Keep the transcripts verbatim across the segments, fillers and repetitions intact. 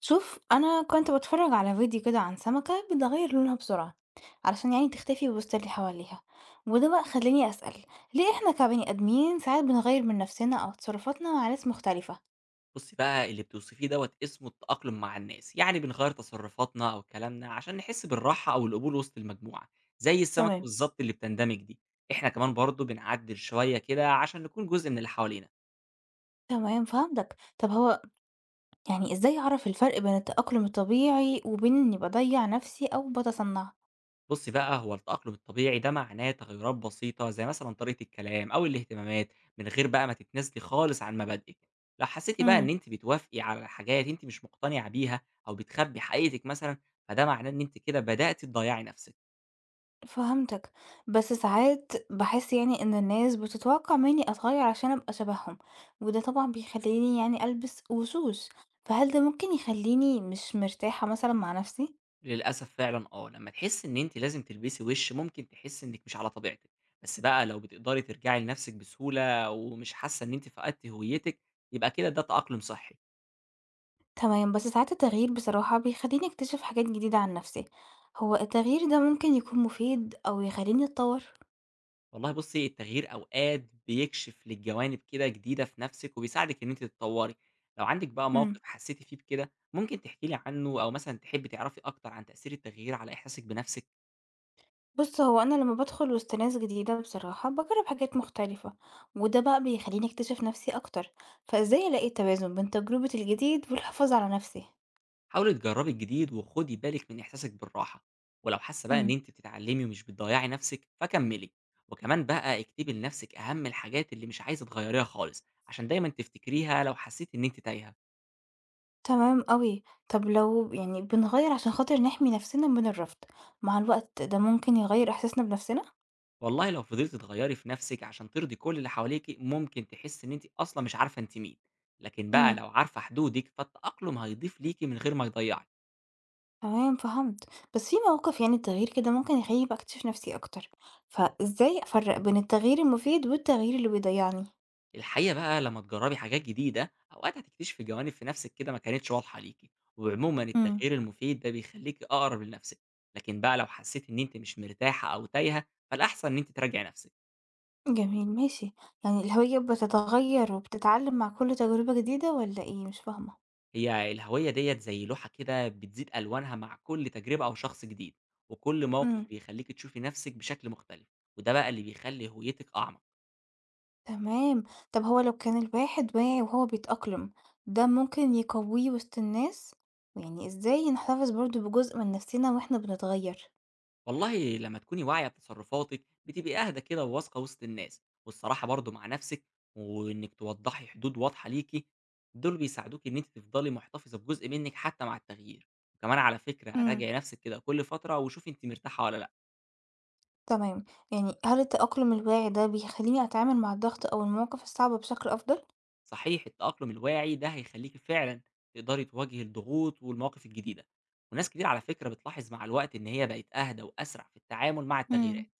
شوف انا كنت بتفرج على فيديو كده عن سمكة بتغير لونها بسرعة علشان يعني تختفي وسط اللي حواليها. وده بقى خلاني اسأل ليه احنا كبني ادمين ساعات بنغير من نفسنا او تصرفاتنا مع ناس مختلفة. بُصّي بقى، اللي بتوصفيه دوّة اسمه التأقلم مع الناس، يعني بنغيّر تصرفاتنا أو كلامنا عشان نحس بالراحة أو القبول وسط المجموعة، زي السمكة تمام. بالضبط اللي بتندمج دي، إحنا كمان برضه بنعدّل شوية كده عشان نكون جزء من اللي حوالينا. تمام فهمتك، طب هو يعني ازاي اعرف الفرق بين التأقلم الطبيعي وبين اني بضيع نفسي او بتصنع؟ بُصّي بقى، هو التأقلم الطبيعي ده معناه تغيُّرات بسيطة زي مثلًا طريقة الكلام أو الاهتمامات، من غير بقى ما تتنازلي خالص عن مبادئِك. لو حسيتِ بقى إن أنتِ بتوافقي على حاجات أنتِ مش مقتنعة بيها أو بتخبّي حقيقتِك مثلًا، فده معناه إن أنتِ كده بدأتِ تضيّعي نفسِك. فهمتك، بس ساعات باحس يعني إن الناس بتتوقع مني أتغير عشان أبقى شبههم، وده طبعا بيخليني يعني ألبس وشوش، فهل ده ممكن يخليني مش مرتاحة مثلا مع نفسي؟ للأسف فعلًا آه، لمّا تحسّي إن أنتِ لازم تلبسي وِش، ممكن تحسّي إنِّك مش على طبيعتِك، بس بقى لو بتقدري ترجعي لنَفْسِك بسهولة ومش حاسّة إن أنتِ فقدتِ هويتِك، يبقى كده ده تأقلُم صحّي. تمام، بس ساعات التغيير بصراحة بيخليني أكتشف حاجات جديدة عن نفسي، هو التغيير ده ممكن يكون مفيد أو يخليني أتطور؟ والله بُصّي، التغيير أوقات بيكشف لِك جوانب كده جديدة في نَفْسِك وبيساعدِك إن أنتِ تتطوّري. لو عندِك بقى إمم. موقِف حسّيتِ فيه بكده، ممكن تحكي لي عنّه أو مثلًا تحبّي تعرفي أكتر عن تأثير التغيير على إحساسِك بنَفْسِك؟ بُص، هو أنا لمّا بادخل وسط ناس جديدة بصراحة باجرّب حاجات مختلفة، وده بقى بيخلّيني أكتشف نفسي أكتر، فإزاي ألاقي التوازن بين تجربة الجديد والحفاظ على نفسي؟ حاولي تجربي الجديد وخدي بالك من احساسك بالراحه، ولو حاسه بقى ان إمم. انت بتتعلمي ومش بتضيعي نفسك فكملي. وكمان بقى اكتبي لنفسك اهم الحاجات اللي مش عايزه تغيريها خالص عشان دايما تفتكريها لو حسيت ان انت تايهه. تمام أوي. طب لو يعني بنغيّر عشان خاطر نحمي نفسنا من الرفض، مع الوقت ده ممكن يغيّر إحساسنا بنفسنا؟ والله لو فضلتي تغيري في نفسك عشان ترضي كل اللي حواليكي ممكن تحسي ان انت اصلا مش عارفه انت مين، لكن بقى إمم. لو عارفه حدودك فالتاقلم هيضيف ليكي من غير ما يضيعك. تمام فهمت. بس في مواقف يعني التغيير كده ممكن يخلّيني بقى أكتشف نفسي أكتر، فإزاي أفرّق بين التغيير المفيد والتغيير اللي بيضيّعني؟ الحقيقة بقى لمّا تجرّبي حاجات جديدة، أوقات هتكتشفي جوانب في نَفْسِك كده ما كانتش واضحة ليكِ، وعمومًا إمم. التغيير المفيد ده بيخلّيكِ أقرب لنَفْسِك، لكن بقى لو حسّيتِ إن أنتِ مش مرتاحة أو تايهة، فالأحسن إن أنتِ تراجعي نَفْسِك. جميل ماشي، يعني الهوية بتتغيّر وبتتعلّم مع كل تجربة جديدة والّا إيه؟ مش فاهمة. هي الهوية ديّة زي لوحة كده بتزيد ألوانها مع كل تجربة أو شخص جديد، وكل موقف إمم، بيخلّيكِ تشوفي نَفْسِك بشكل مختلف، وده بقى اللي بيخلّي هويتِك أعمق. تمام. طب هو لو كان الواحد واعي وهو بيتأقلم، ده ممكن يقوّيه وسط الناس؟ ويعني إزاي نحتفظ برضه بجزء من نفسنا وإحنا بنتغيّر؟ والله لما تكوني واعية بتصرفاتك بتبقي أهدى كده وواثقة وسط الناس والصراحة برضو مع نفسك، وإنك توضحي حدود واضحة ليكي دول بيساعدوك إن أنت تفضلي محتفظة بجزء منك حتى مع التغيير. وكمان على فكرة إمم، راجعي نفسك كده كل فترة وشوفي أنت مرتاحة ولا لأ. تمام. يعني هل التأقلم الواعي ده بيخلّيني أتعامل مع الضغط أو المواقف الصعبة بشكل أفضل؟ صحيح التأقلم الواعي ده هيخليك فعلا تقدري تواجهي الضغوط والمواقف الجديدة، وناس كتير على فكرة بتلاحظ مع الوقت إن هي بقت أهدى وأسرع في التعامل مع إمم. التغييرات.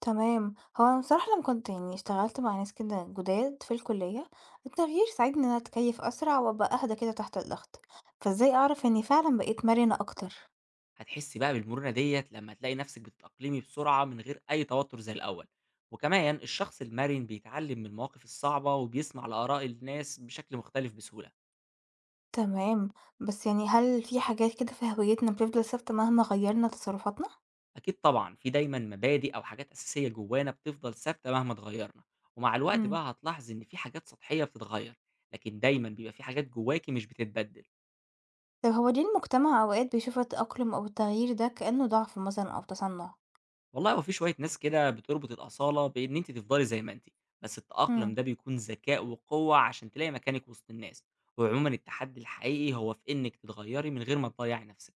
تمام، هو أنا بصراحة لما كنت يعني اشتغلت مع ناس كده جداد في الكلية، التغيير ساعدني إن أنا أتكيف أسرع وأبقى أهدى كده تحت الضغط، فإزاي أعرف إني فعلا بقيت مرنة أكتر؟ هتحسي بقى بالمرونة ديّة لمّا تلاقي نفسِك بتتأقلمي بسرعة من غير أي توتر زي الأول، وكمان الشخص المرن بيتعلم من المواقف الصعبة وبيسمع لآراء الناس بشكل مختلف بسهولة. تمام، بس يعني هل في حاجات كده في هويتنا بتفضل ثابتة مهما غيرنا تصرفاتنا؟ أكيد طبعًا في دايمًا مبادئ أو حاجات أساسية جوانا بتفضل ثابتة مهما اتغيرنا، ومع الوقت مم. بقى هتلاحظي إن في حاجات سطحية بتتغير، لكن دايمًا بيبقى في حاجات جواكِ مش بتتبدل. طب هو ليه المجتمع أوقات بيشوف التأقلم أو التغيير ده كأنه ضعف مثلا أو تصنع؟ والله هو في شوية ناس كده بتربط الأصالة بإن أنتِ تفضلي زي ما أنتِ، بس التأقلم مم. ده بيكون ذكاء وقوة عشان تلاقي مكانِك وسط الناس، وعمومًا التحدي الحقيقي هو في إنِك تتغيري من غير ما تضيّعي نفسِك.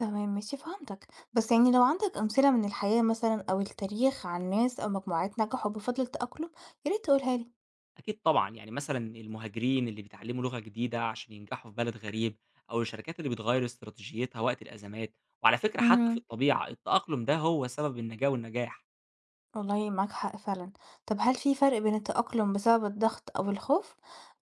تمام ماشي فهمتك، بس يعني لو عندك أمثلة من الحياة مثلا أو التاريخ عن ناس أو مجموعات نجحوا بفضل التأقلم، يا ريت تقولها لي. أكيد طبعًا يعني مثلًا المهاجرين اللي بيتعلموا لغة جديدة عشان ينجحوا في بلد غريب، أو الشركات اللي بتغير استراتيجيتها وقت الأزمات، وعلى فكرة حتى في اهم. الطبيعة التأقلم ده هو سبب النجاة والنجاح. والله معاك حق فعلًا. طب هل في فرق بين التأقلم بسبب الضغط أو الخوف،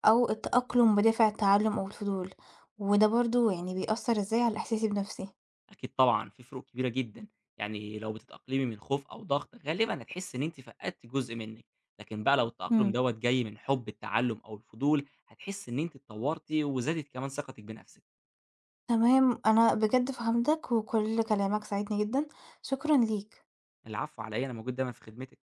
أو التأقلم بدافع التعلم أو الفضول، وده برضه يعني بيأثر إزاي على إحساسي بنفسي؟ أكيد طبعًا، في فروق كبيرة جدًا، يعني لو بتتأقلمي من خوف أو ضغط غالبًا هتحسّي إن أنتِ فقدتِ جزء منِّك، لكن بقى لو التأقلم إمم. دوّة جاي من حب التعلم أو الفضول، هتحسّي إن أنتِ اتطورتِ وزادت كمان ثقتِك بنفسِك. تمام، أنا بجد فهمتك وكل كلامك ساعدني جدًا، شكرًا ليك. العفو على إيه، أنا موجود دايمًا في خدمتِك.